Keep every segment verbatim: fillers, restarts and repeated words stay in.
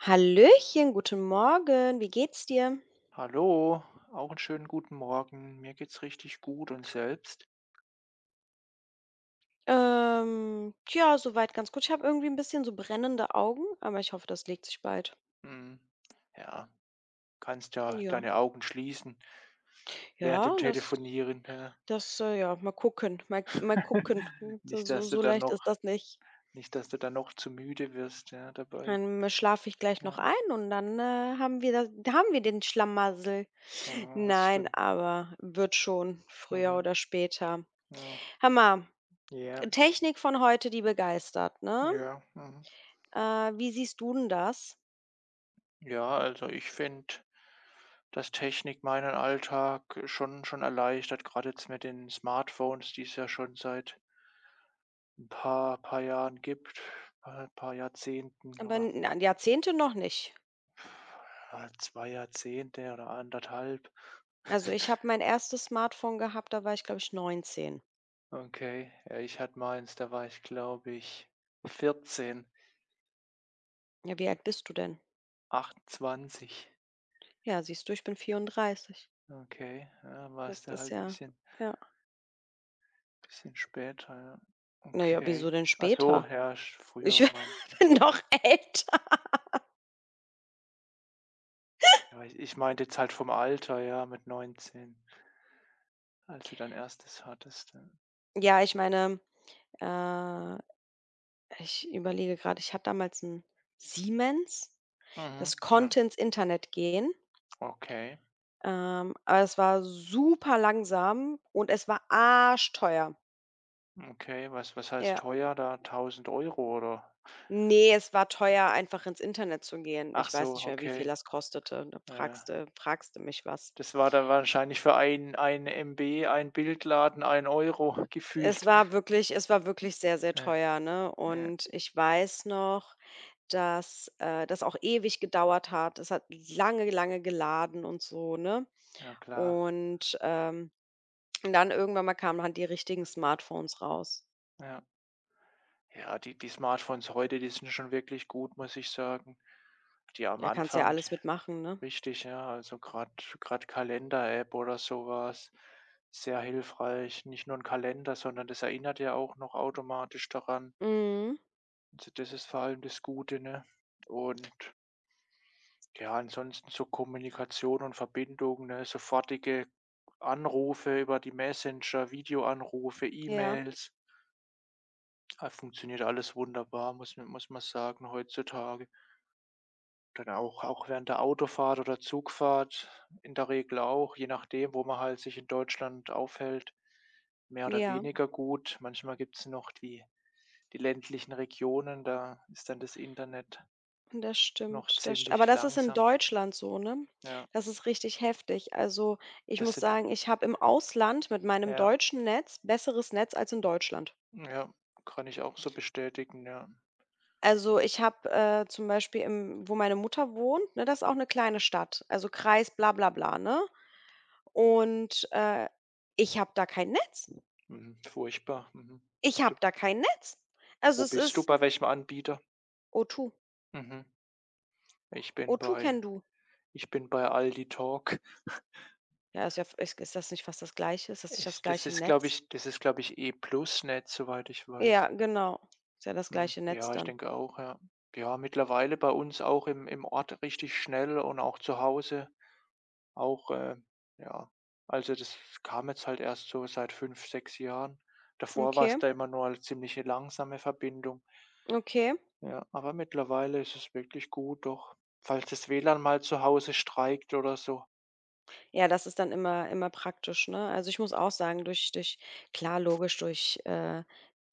Hallöchen, guten Morgen. Wie geht's dir? Hallo, auch einen schönen guten Morgen. Mir geht's richtig gut und selbst? Ähm, tja, soweit ganz gut. Ich habe irgendwie ein bisschen so brennende Augen, aber ich hoffe, das legt sich bald. Hm, ja, kannst ja Ja. deine Augen schließen während dem Ja, das Telefonieren, ja. das, äh ja, mal gucken, mal mal gucken. So Nicht, so dass du so dann leicht ist noch das nicht. nicht, dass du dann noch zu müde wirst, ja, dabei, Dann äh, schlafe ich gleich noch ja. ein und dann, äh, haben wir das haben wir den Schlamassel. Mhm, das Nein, stimmt. aber wird schon, früher Mhm, oder später. ja. Hammer. Ja, Technik von heute, die begeistert, ne? ja, mhm. Äh, Wie siehst du denn das? Ja, also ich finde, dass Technik meinen Alltag schon schon erleichtert, gerade jetzt mit den Smartphones, die es ja schon seit ein paar paar Jahren gibt, äh, paar Jahrzehnten Aber oder, n- na, Jahrzehnte noch nicht. ja, zwei Jahrzehnte oder anderthalb. Also, ich habe mein erstes Smartphone gehabt, da war ich, glaube ich, neunzehn. Okay, ja, ich hatte meins, da war ich, glaube ich, vierzehn. Ja, wie alt bist du denn? achtundzwanzig. Ja, siehst du, ich bin vierunddreißig. Okay, ja, war Das es da ist halt ein ja bisschen ja. bisschen später, ja. Na ja, wieso Okay. denn Ach so, später? ja, sch Ich früher mein bin noch älter. ja, ich ich meinte jetzt halt vom Alter, ja, mit neunzehn, als du dein erstes hattest, ja. Ja, ich meine, äh, ich überlege gerade. Ich hatte damals ein Siemens. Mhm, Das ja, konnte ins Internet gehen, okay. ähm, aber es war super langsam und es war arschteuer. Okay, was was heißt Ja. teuer da? Tausend Euro oder? Nee, es war teuer, einfach ins Internet zu gehen. Ach Ich weiß so, nicht mehr, wie viel okay. das kostete. Da Ja. fragst du fragst du mich was. Das war dann wahrscheinlich für ein ein M B, ein Bildladen ein Euro Es gefühlt. War wirklich es war wirklich sehr, sehr Äh, teuer, ne? ja, Und ich weiß noch, dass, äh, das auch ewig gedauert hat. Es hat lange, lange geladen und so, ne? ja klar. Und, ähm, und dann irgendwann mal kamen halt die richtigen Smartphones raus. Ja. Ja, die die Smartphones heute, die sind schon wirklich gut, muss ich sagen. Die am Da kannst du ja Anfang d alles mitmachen, ne? Richtig, ja, also gerade gerade Kalender-App oder sowas sehr hilfreich. Nicht nur ein Kalender, sondern das erinnert ja auch noch automatisch daran. Mhm. D das ist vor allem das Gute, ne? Und ja, ansonsten so Kommunikation und Verbindung, ne, sofortige Anrufe über die Messenger, Videoanrufe, Ja, E-Mails. Ah, funktioniert alles wunderbar, muss man muss man sagen, heutzutage. Dann auch auch während der Autofahrt oder Zugfahrt, in der Regel auch, je nachdem, wo man halt sich in Deutschland aufhält, mehr oder ja. weniger gut. Manchmal gibt es noch die die ländlichen Regionen, da ist dann das Internet Das noch stimmt, das st aber ziemlich das ist in langsam. Deutschland so, ne? Ja, Das ist richtig heftig. Also, ich das muss sind wir. sagen, ich habe im Ausland mit meinem Ja, deutschen Netz besseres Netz als in Deutschland. ja, kann ich auch so bestätigen, ja. Also, ich habe, äh, zum Beispiel im wo meine Mutter wohnt, ne, das ist auch 'ne kleine Stadt, also Kreis bla bla bla, ne? Und, äh, ich habe da kein Netz. Mhm, furchtbar, mhm. Ich habe Du da kein Netz. Also, Wo es bist du? ist Bei welchem Anbieter? O zwei. Mhm. Ich bin O zwei bei Can-Do. Ich bin bei Aldi Talk. Ja, ist ja f ist ist das nicht fast das Gleiche? Ist das nicht das Ich das gleiche ist, glaube Netz? ich das ist, glaube ich, E-Plus-Netz, soweit ich Ja, weiß. genau. Ist ja das Mhm. gleiche Netz Ja, ich dann. denke auch, ja. Ja, mittlerweile bei uns auch im im Ort richtig schnell und auch zu Hause. Auch, äh, ja, also, das kam jetzt halt erst so seit fünf sechs Jahren. Davor war Okay, es da immer nur eine ziemlich langsame Verbindung. okay. Ja, aber mittlerweile ist es wirklich gut, doch. Falls das WLAN mal zu Hause streikt oder so. Ja, das ist dann immer immer praktisch, ne? Also, ich muss auch sagen, durch durch klar, logisch, durch, äh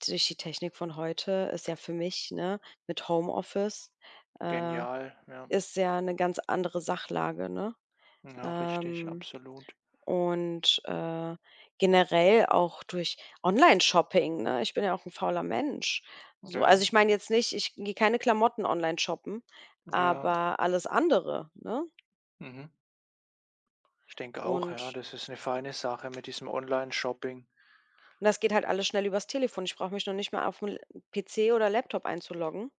durch die Technik von heute ist ja für mich, ne, mit Homeoffice, äh, Genial, ja. ist ja eine ganz andere Sachlage, ne? Ja, richtig, Ähm, absolut. und, äh, generell auch durch Online-Shopping, ne? Ich bin ja auch ein fauler Mensch. So, Ja, also, ich meine jetzt nicht, ich gehe keine Klamotten online shoppen, ja, aber alles andere, ne? mhm. Ich denke auch, Und ja, das ist eine feine Sache mit diesem Online-Shopping. Und das geht halt alles schnell übers Telefon. Ich brauche mich noch nicht mal aufm L P C oder Laptop einzuloggen,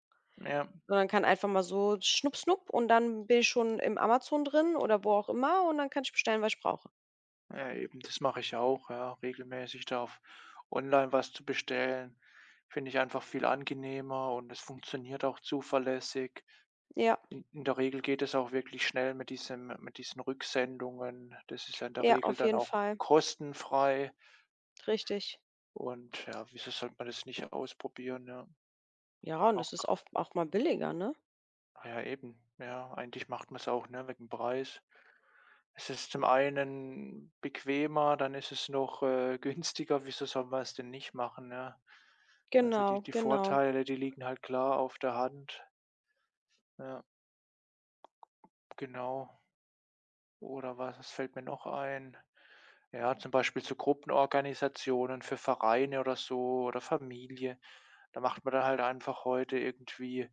Ja. sondern kann einfach mal so schnupp, schnupp und dann bin ich schon im Amazon drin oder wo auch immer und dann kann ich bestellen, was ich brauche. Ja, eben, das mache ich auch, ja, regelmäßig, da auf online was zu bestellen, finde ich einfach viel angenehmer und es funktioniert auch zuverlässig. Ja, In in der Regel geht es auch wirklich schnell mit diesem mit diesen Rücksendungen. Das ist ja in der ja, Regel auf dann jeden auch Fall. kostenfrei Richtig. und ja, wieso sollte man das nicht ausprobieren, ja? Ja, und das Auch ist gr oft auch mal billiger, ne? ja eben, ja, eigentlich macht man es auch, ne, wegen dem Preis. Es ist zum einen bequemer, dann ist es noch, äh, günstiger. Wieso soll man es denn nicht machen, ja? Also, die Genau, die genau. Vorteile, die liegen halt klar auf der Hand. Ja, genau. Oder was was fällt mir noch ein? Ja, zum Beispiel zu Gruppenorganisationen für Vereine oder so oder Familie. Da macht man dann halt einfach heute irgendwie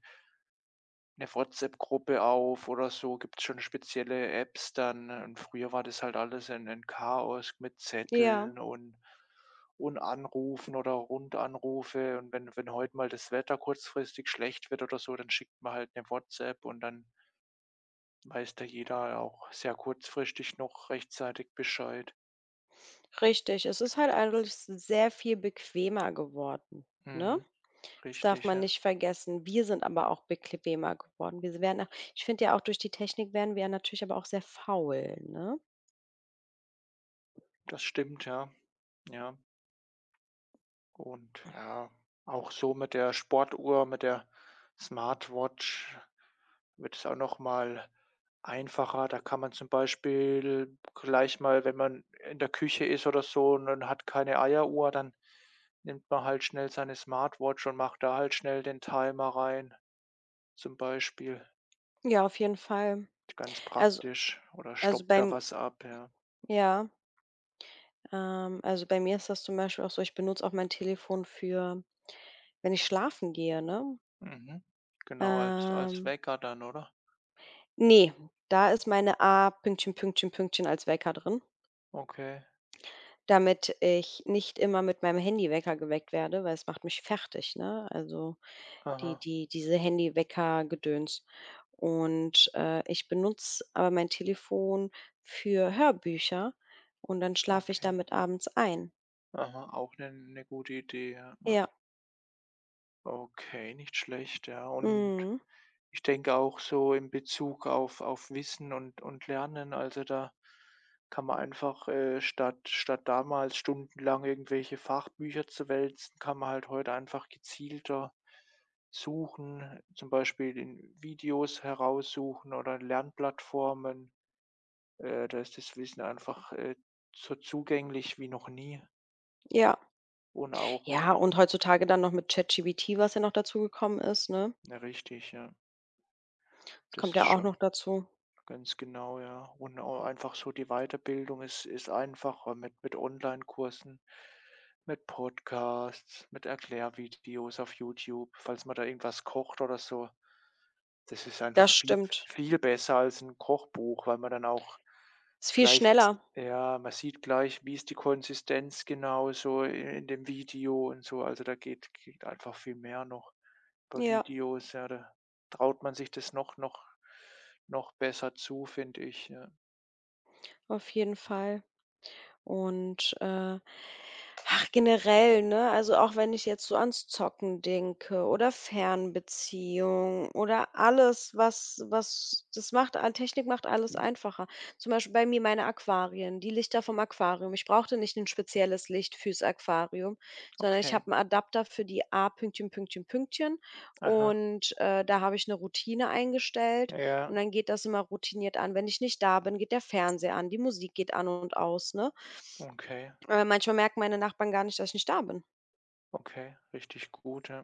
eine WhatsApp-Gruppe auf oder so, gibt es schon spezielle Apps dann. Und früher war das halt alles ein ein Chaos mit Ja, Zetteln und und Anrufen oder Rundanrufe. Und wenn wenn heute mal das Wetter kurzfristig schlecht wird oder so, dann schickt man halt eine WhatsApp und dann weiß da jeder auch sehr kurzfristig noch rechtzeitig Bescheid. richtig. Es ist halt alles sehr viel bequemer geworden, ne? Mhm, Das darf richtig, man ja. nicht vergessen. Wir sind aber auch bequemer geworden. Wir werden auch Ich finde ja auch, durch die Technik werden wir ja natürlich aber auch sehr faul, ne? Das stimmt, ja, ja. Und ja, auch so mit der Sportuhr, mit der Smartwatch wird es auch noch mal einfacher. Da kann man zum Beispiel gleich mal, wenn man in der Küche ist oder so und man hat keine Eieruhr, dann nimmt man halt schnell seine Smartwatch und macht da halt schnell den Timer rein, zum Beispiel. Ja, auf jeden Fall. Ganz Also praktisch. Oder also stoppt da beim was ab, ja. ja, ähm, also bei mir ist das zum Beispiel auch so, ich benutze auch mein Telefon, für wenn ich schlafen gehe, ne? Mhm. Genau, als als Ähm, Wecker dann, oder? ne, da ist meine A Pünktchen, Pünktchen, Pünktchen als Wecker drin, Okay. damit ich nicht immer mit meinem Handywecker geweckt werde, weil es macht mich fertig, ne? Also Die Aha, die diese Handywecker-Gedöns. Und, äh, ich benutze aber mein Telefon für Hörbücher und dann schlafe ich okay. damit abends ein. Aha, auch eine 'ne gute Idee, ja, ja. Ja. Okay, nicht schlecht, ja. Und Mhm. ich denke auch so in Bezug auf auf Wissen und und Lernen, also, da kann man einfach, äh, statt statt damals stundenlang irgendwelche Fachbücher zu wälzen, kann man halt heute einfach gezielter suchen, zum Beispiel in Videos heraussuchen oder in Lernplattformen. Äh, da ist das Wissen einfach, äh, so zugänglich wie noch nie Ja. und auch Ja, und heutzutage dann noch mit ChatGPT, was ja noch dazu gekommen ist, ne? ja, richtig, ja. Das Das kommt ist ja auch schon noch dazu. ganz genau, ja. Und auch einfach so die Weiterbildung ist ist einfacher mit mit Onlinekursen, mit Podcasts, mit Erklärvideos auf YouTube, falls man da irgendwas kocht oder so. Das ist einfach Das viel stimmt. viel besser als ein Kochbuch, weil man dann auch Ist viel gleich, schneller. ja, man sieht gleich, wie ist die Konsistenz genau so i in dem Video und so. Also, da geht geht einfach viel mehr noch. Über Ja, Videos, ja, da traut man sich das noch noch noch besser zu, finde ich, ja. auf jeden Fall. Und, äh, ach, generell, ne, also auch wenn ich jetzt so ans Zocken denke oder Fernbeziehung oder alles, was was das macht a Technik macht alles einfacher. Zum Beispiel bei mir meine Aquarien, die Lichter vom Aquarium. Ich brauchte nicht ein spezielles Licht fürs Aquarium, sondern ich Okay, habe einen Adapter für die A Pünktchen, Pünktchen, Pünktchen aha, und, äh, da habe ich eine Routine eingestellt und ja, dann geht das immer routiniert an. Wenn ich nicht da bin, geht der Fernseher an, die Musik geht an und aus, ne? okay, Äh, manchmal merken meine Nachbarn gar nicht, dass ich nicht da bin. okay, richtig gut, ja.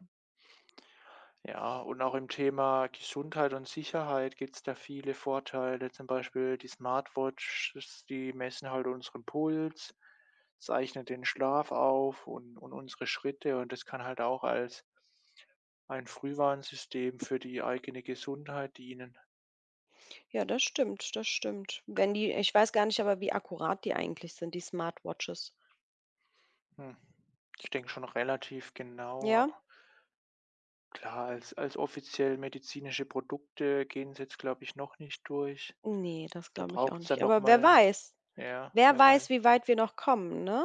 Ja, und auch im Thema Gesundheit und Sicherheit gibt es da viele Vorteile, zum Beispiel die Smartwatches, die messen halt unseren Puls, zeichnen den Schlaf auf und und unsere Schritte, und das kann halt auch als ein Frühwarnsystem für die eigene Gesundheit dienen. Ja, das stimmt, das stimmt. Wenn die Ich weiß gar nicht, aber wie akkurat die eigentlich sind, die Smartwatches. Hm. Ich denke schon relativ genau, Ja? aber klar, als als offiziell medizinische Produkte gehen sie jetzt, glaube ich, noch nicht durch. Ne, das Da glaube ich auch braucht es nicht. dann noch Aber wer mal weiß? ja, Wer wer weiß, weiß wie weit wir noch kommen, ne?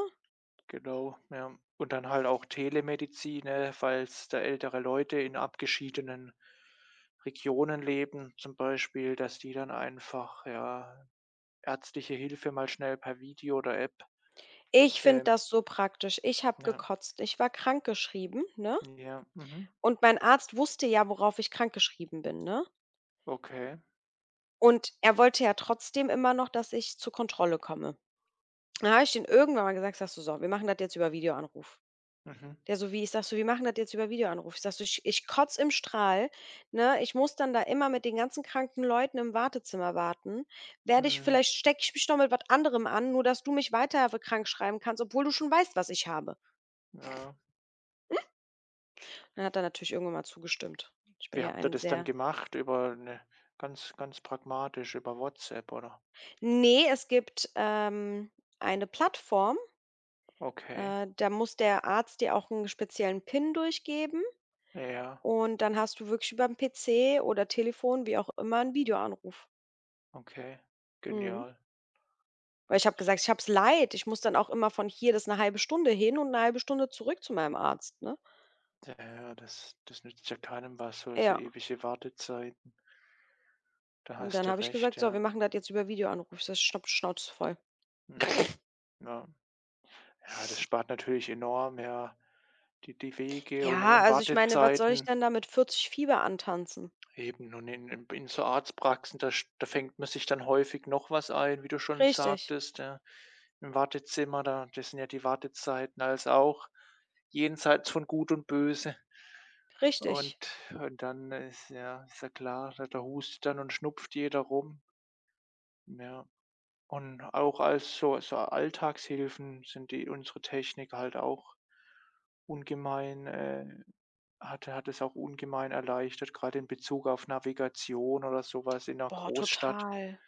genau, ja. Und dann halt auch Telemedizin, ne, falls da ältere Leute in abgeschiedenen Regionen leben zum Beispiel, dass die dann einfach, ja, ärztliche Hilfe mal schnell per Video oder App, Ich finde ähm das so praktisch. Ich habe ja, gekotzt. Ich war krankgeschrieben, ne? ja, mhm, Und mein Arzt wusste ja, worauf ich krankgeschrieben bin, ne? okay, Und er wollte ja trotzdem immer noch, dass ich zur Kontrolle komme. Da habe ich den irgendwann mal gesagt: „Sagst du so, wir machen das jetzt über Videoanruf." mhm, Der so: „Wie?" Ich sag so: „Wir machen das jetzt über Videoanruf." Ich sag so: „Ich ich kotze im Strahl, ne? Ich muss dann da immer mit den ganzen kranken Leuten im Wartezimmer warten. Werde ich mhm, vielleicht Stecke ich mich noch mit was anderem an, nur dass du mich weiter krank schreiben kannst, obwohl du schon weißt, was ich habe." ja. Dann hat er natürlich irgendwann mal zugestimmt. Ich bin Wie ja habt ihr ein das dann sehr gemacht? Über eine Ganz ganz pragmatisch über WhatsApp, oder? Nee, es gibt, ähm, eine Plattform, Okay, äh, da muss der Arzt dir auch einen speziellen PIN durchgeben ja, und dann hast du wirklich über überm P C oder Telefon, wie auch immer, einen Videoanruf. okay, Mhm. genial. Weil ich habe gesagt: „Ich habe es leid." Ich muss dann auch immer von hier das 'ne halbe Stunde hin und eine halbe Stunde zurück zu meinem Arzt, ne? Ja, ja, das das nützt ja keinem was, so so Ja, ewige Wartezeiten. Da und hast dann du habe ich recht, gesagt: „So, ja. wir machen das jetzt über Videoanruf." Ich sage: „Ich Schnauze voll." Mhm, ja. Ja, das spart natürlich enorm, ja, die die Wege und Ja, und also ich meine, was soll ich Wartezeiten. denn da mit vierzig Fieber antanzen? Eben, und in in in so Arztpraxen, da sch da fängt man sich dann häufig noch was ein, wie du schon Richtig, sagtest, ja. Im Wartezimmer, da das sind ja die Wartezeiten als auch jenseits von Gut und Böse. Und richtig. und dann ist ja ist ja klar, da da hustet dann und schnupft jeder rum, ja. Und auch als so so Alltagshilfen sind die unsere Technik halt auch ungemein, äh hat hat es auch ungemein erleichtert, gerade in Bezug auf Navigation oder sowas in einer Boah, Großstadt. total.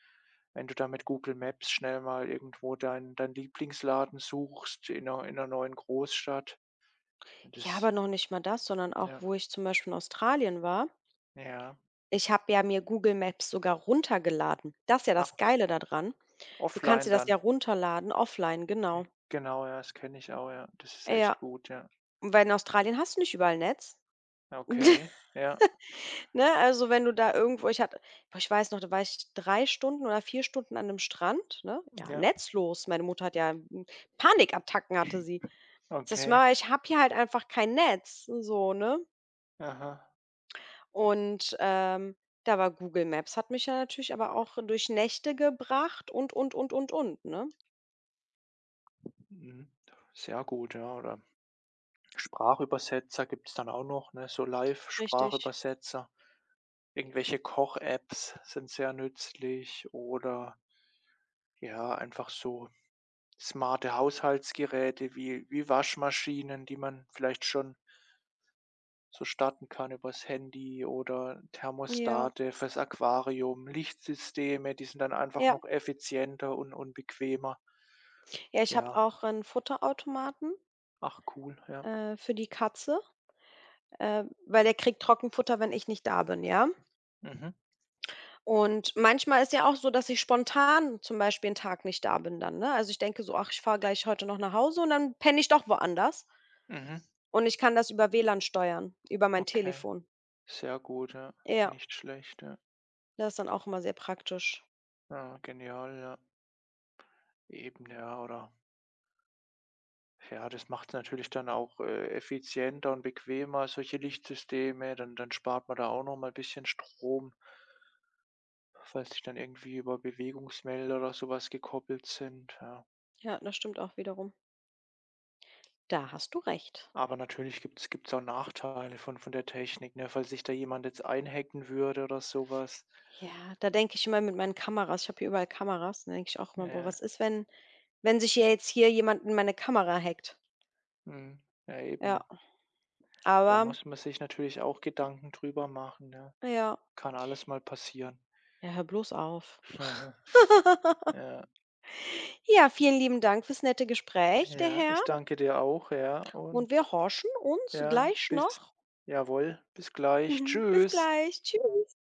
Wenn du da mit Google Maps schnell mal irgendwo deinen deinen Lieblingsladen suchst in einer in 'ner neuen Großstadt. Ja, Das aber noch nicht mal das, sondern auch, Ja, wo ich zum Beispiel in Australien war. ja. Ich habe ja mir Google Maps sogar runtergeladen. Das ist ja Ah, das Geile daran. Du kannst dir Offline das ja dann. runterladen offline, Ja, genau. genau, ja, das kenne ich auch, ja. Das ist Ja. echt gut, ja. weil in Australien hast du nicht überall Netz. Okay, ja, Ne, also, wenn du da irgendwo ich hatte boah, ich weiß noch, da war ich drei Stunden oder vier Stunden an 'nem Strand, ne? Ja, ja, netzlos. Meine Mutter hat ja, hm, Panikattacken hatte sie. Das okay. war Ich habe hier halt einfach kein Netz, so, ne? Aha, Und, ähm, da war Google Maps hat mich ja natürlich aber auch durch Nächte gebracht und, und, und, und, und, ne? mhm. Sehr gut, ja. Oder Sprachübersetzer gibt es dann auch noch, ne? So Richtig. Live-Sprachübersetzer. Irgendwelche Koch-Apps sind sehr nützlich oder ja, einfach so smarte Haushaltsgeräte wie wie Waschmaschinen, die man vielleicht schon so starten kann übers Handy oder Ja, Thermostate fürs Aquarium, Lichtsysteme, die sind dann einfach ja. noch effizienter und und bequemer. Ja, ich habe Ja, auch einen Futterautomaten, ach cool, ja. äh, für die Katze. Äh, weil der kriegt Trockenfutter, wenn ich nicht da bin, ja? Mhm, Und manchmal ist ja auch so, dass ich spontan zum Beispiel einen Tag nicht da bin dann, ne? Also, ich denke so: „Ach, ich fahre gleich heute noch nach Hause" und dann penne ich doch woanders mhm, und ich kann das über WLAN steuern, über mein okay. Telefon. Sehr gut, ja. Ja, Nicht schlecht, ja. das ist dann auch immer sehr praktisch. Ja, genial, ja. Eben, ja, oder ja, das macht es natürlich dann auch, äh, effizienter und bequemer, solche Lichtsysteme. Dann dann spart man da auch noch mal ein bisschen Strom, falls die dann irgendwie über Bewegungsmelder oder sowas gekoppelt sind, ja. Ja, das stimmt auch wiederum. Da hast du recht. Aber natürlich gibt gibt's gibt's auch Nachteile von von der Technik, ne, falls sich da jemand jetzt einhacken würde oder sowas. Ja, da denke ich immer mit meinen Kameras, ich habe hier überall Kameras, dann denke ich auch immer: „Boah, was Ja, ist, wenn wenn sich ja jetzt hier jemand in meine Kamera hackt?" mhm, ja eben. Ja, Da aber muss man sich natürlich auch Gedanken drüber machen, ja. ja. Kann alles mal passieren. Ja, hör bloß auf. Ja, Ja, vielen lieben Dank fürs nette Gespräch, der ja, Herr. ich danke dir auch, ja, und Und wir horchen uns ja, gleich bis noch. jawohl, bis gleich. Bis Tschüss. gleich. Tschüss.